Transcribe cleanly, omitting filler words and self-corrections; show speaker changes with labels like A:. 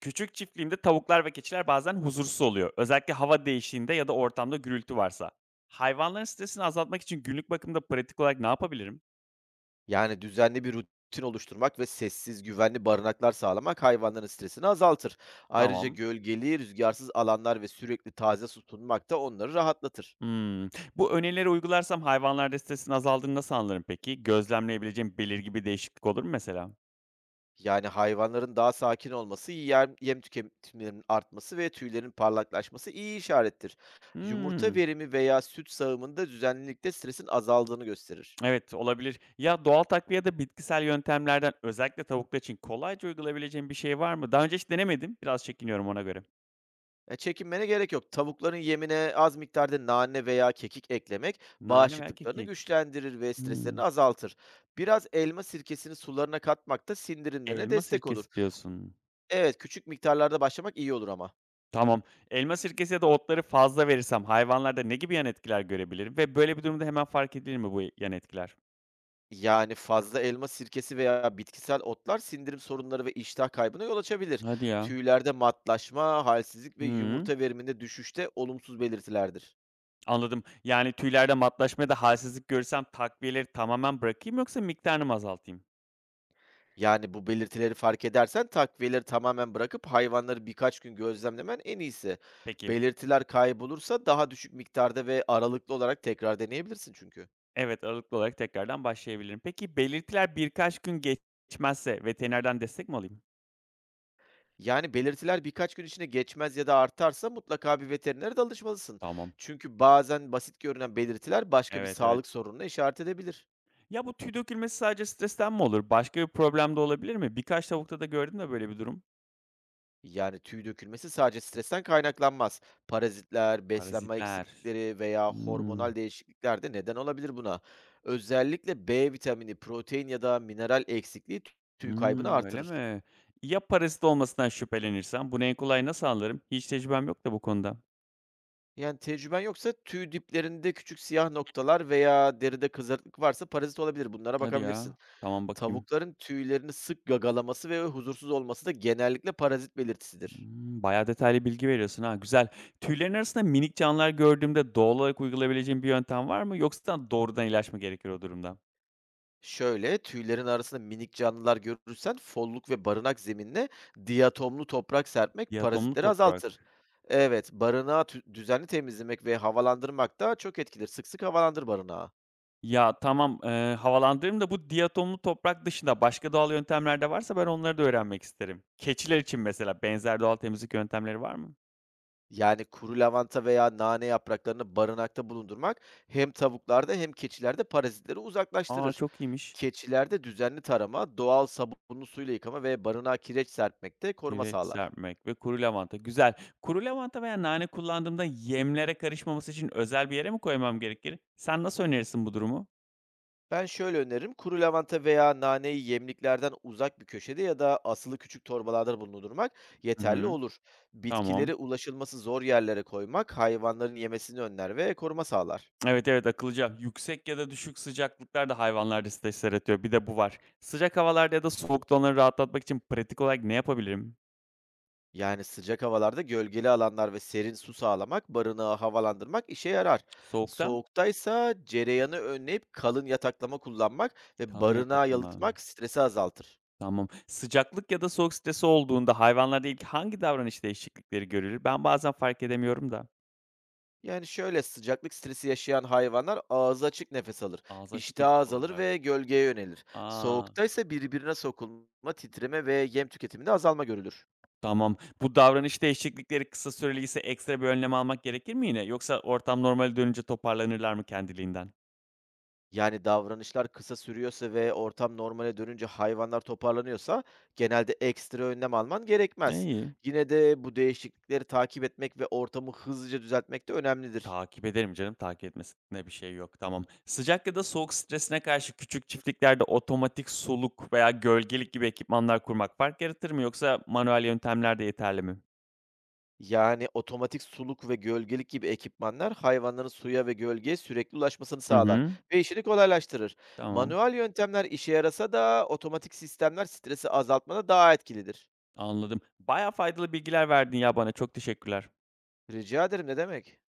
A: Küçük çiftliğimde tavuklar ve keçiler bazen huzursuz oluyor. Özellikle hava değişiğinde ya da ortamda gürültü varsa. Hayvanların stresini azaltmak için günlük bakımda pratik olarak ne yapabilirim?
B: Yani düzenli bir rutin oluşturmak ve sessiz, güvenli barınaklar sağlamak hayvanların stresini azaltır. Ayrıca
A: Tamam.
B: gölgeli, rüzgarsız alanlar ve sürekli taze su sunmak da onları rahatlatır.
A: Hmm. Bu önerileri uygularsam hayvanlarda stresin azaldığını nasıl anlarım peki? Gözlemleyebileceğim belirgin bir değişiklik olur mu mesela?
B: Yani hayvanların daha sakin olması, yem tüketimlerinin artması ve tüylerin parlaklaşması iyi işarettir. Yumurta
A: Hmm.
B: verimi veya süt sağımında düzenlilikte stresin azaldığını gösterir.
A: Evet, olabilir. Ya doğal takviye ya da bitkisel yöntemlerden özellikle tavuklar için kolayca uygulayabileceğim bir şey var mı? Daha önce hiç denemedim. Biraz çekiniyorum ona göre.
B: Çekinmene gerek yok. Tavukların yemine az miktarda nane veya kekik eklemek
A: Nane veya
B: bağışıklıklarını
A: kekik.
B: güçlendirir ve streslerini
A: Hmm.
B: azaltır. Biraz elma sirkesini sularına katmak da sindirimlerine
A: Elma
B: destek olur.
A: sirkesi diyorsun.
B: Evet, küçük miktarlarda başlamak iyi olur ama.
A: Tamam. Elma sirkesi ya da otları fazla verirsem hayvanlarda ne gibi yan etkiler görebilirim ve böyle bir durumda hemen fark edilir mi bu yan etkiler?
B: Yani fazla elma sirkesi veya bitkisel otlar sindirim sorunları ve iştah kaybına yol açabilir.
A: Hadi ya.
B: Tüylerde matlaşma, halsizlik ve
A: Hı.
B: yumurta veriminde düşüşte olumsuz belirtilerdir.
A: Anladım. Yani tüylerde matlaşma ya da halsizlik görürsem takviyeleri tamamen bırakayım yoksa miktarını mı azaltayım?
B: Yani bu belirtileri fark edersen takviyeleri tamamen bırakıp hayvanları birkaç gün gözlemlemen en iyisi.
A: Peki.
B: Belirtiler kaybolursa daha düşük miktarda ve aralıklı olarak tekrar deneyebilirsin çünkü.
A: Evet, aralıklı olarak tekrardan başlayabilirim. Peki, belirtiler birkaç gün geçmezse veterinerden destek mi alayım?
B: Yani belirtiler birkaç gün içinde geçmez ya da artarsa mutlaka bir veterinere danışmalısın.
A: Tamam.
B: Çünkü bazen basit görünen belirtiler başka bir
A: Evet,
B: sağlık
A: evet.
B: sorununa işaret edebilir.
A: Ya bu tüy dökülmesi sadece stresten mi olur? Başka bir problem de olabilir mi? Birkaç tavukta da gördüm de böyle bir durum.
B: Yani tüy dökülmesi sadece stresten kaynaklanmaz. Parazitler, beslenme
A: Parazitler.
B: eksiklikleri veya
A: Hmm.
B: hormonal değişiklikler de neden olabilir buna. Özellikle B vitamini, protein ya da mineral eksikliği tüy kaybını
A: Hımm, öyle
B: artırır.
A: mi? Ya parazit olmasından şüphelenirsem? Bunu en kolay nasıl anlarım? Hiç tecrübem yok da bu konuda.
B: Yani tecrüben yoksa tüy diplerinde küçük siyah noktalar veya deride kızarıklık varsa parazit olabilir. Bunlara
A: Hadi
B: bakabilirsin.
A: ya. Tamam, bakayım.
B: Tavukların tüylerini sık gagalaması ve huzursuz olması da genellikle parazit belirtisidir.
A: Hımm, bayağı detaylı bilgi veriyorsun ha, güzel. Tüylerin arasında minik canlılar gördüğümde doğal olarak uygulayabileceğim bir yöntem var mı, yoksa doğrudan ilaç mı gerekir o durumda?
B: Şöyle, tüylerin arasında minik canlılar görürsen folluk ve barınak zeminine diatomlu toprak serpmek
A: Diatomlu
B: parazitleri
A: toprak.
B: azaltır. Evet, barınağı düzenli temizlemek ve havalandırmak da çok etkili. Sık sık havalandır barınağı.
A: Ya, tamam, havalandırırım da bu diatomlu toprak dışında başka doğal yöntemler de varsa ben onları da öğrenmek isterim. Keçiler için mesela benzer doğal temizlik yöntemleri var mı?
B: Yani kuru lavanta veya nane yapraklarını barınakta bulundurmak hem tavuklarda hem keçilerde parazitleri
A: A,
B: uzaklaştırır.
A: çok iyiymiş.
B: Keçilerde düzenli tarama, doğal sabunlu suyla yıkama ve barınağa kireç serpmek de koruma
A: Kireç
B: sağlar.
A: serpmek ve kuru lavanta. Güzel. Kuru lavanta veya nane kullandığımda yemlere karışmaması için özel bir yere mi koymam gerekir? Sen nasıl önerirsin bu durumu?
B: Ben şöyle öneririm. Kuru lavanta veya naneyi yemliklerden uzak bir köşede ya da asılı küçük torbalarda bulundurmak
A: Hı
B: yeterli
A: hı.
B: olur.
A: Tamam.
B: Bitkileri ulaşılması zor yerlere koymak hayvanların yemesini önler ve koruma sağlar.
A: Evet, evet, akıllıca. Yüksek ya da düşük sıcaklıklar da hayvanlarda stres yaratıyor. Bir de bu var. Sıcak havalarda ya da soğukta onları rahatlatmak için pratik olarak ne yapabilirim?
B: Yani sıcak havalarda gölgeli alanlar ve serin su sağlamak, barınağı havalandırmak işe yarar.
A: Soğukta
B: Soğuktaysa cereyanı önleyip kalın yataklama kullanmak ve
A: kalın
B: barınağı
A: yataklı mı?
B: yalıtmak stresi azaltır.
A: Tamam. Sıcaklık ya da soğuk stresi olduğunda hayvanlarda ilk hangi davranış değişiklikleri görülür? Ben bazen fark edemiyorum da.
B: Yani şöyle sıcaklık stresi yaşayan hayvanlar ağzı açık nefes alır,
A: Ağzı açık
B: iştah
A: nefes
B: azalır
A: alırlar.
B: ve gölgeye yönelir.
A: Aa.
B: Soğukta ise birbirine sokulma, titreme ve yem tüketiminde azalma görülür.
A: Tamam. Bu davranış değişiklikleri kısa süreliyse ekstra bir önlem almak gerekir mi yine? Yoksa ortam normale dönünce toparlanırlar mı kendiliğinden?
B: Yani davranışlar kısa sürüyorsa ve ortam normale dönünce hayvanlar toparlanıyorsa genelde ekstra önlem alman
A: E,
B: gerekmez.
A: iyi.
B: Yine de bu değişiklikleri takip etmek ve ortamı hızlıca düzeltmek de önemlidir.
A: Takip ederim canım. Takip etmesine bir şey yok. Tamam. Sıcak ya da soğuk stresine karşı küçük çiftliklerde otomatik soluk veya gölgelik gibi ekipmanlar kurmak fark yaratır mı? Yoksa manuel yöntemler de yeterli mi?
B: Yani, otomatik suluk ve gölgelik gibi ekipmanlar hayvanların suya ve gölgeye sürekli ulaşmasını
A: Hı
B: sağlar
A: hı.
B: ve işini kolaylaştırır.
A: Tamam.
B: Manuel yöntemler işe yarasa da otomatik sistemler stresi azaltmada daha etkilidir.
A: Anladım. Baya faydalı bilgiler verdin ya bana. Çok teşekkürler.
B: Rica ederim, ne demek.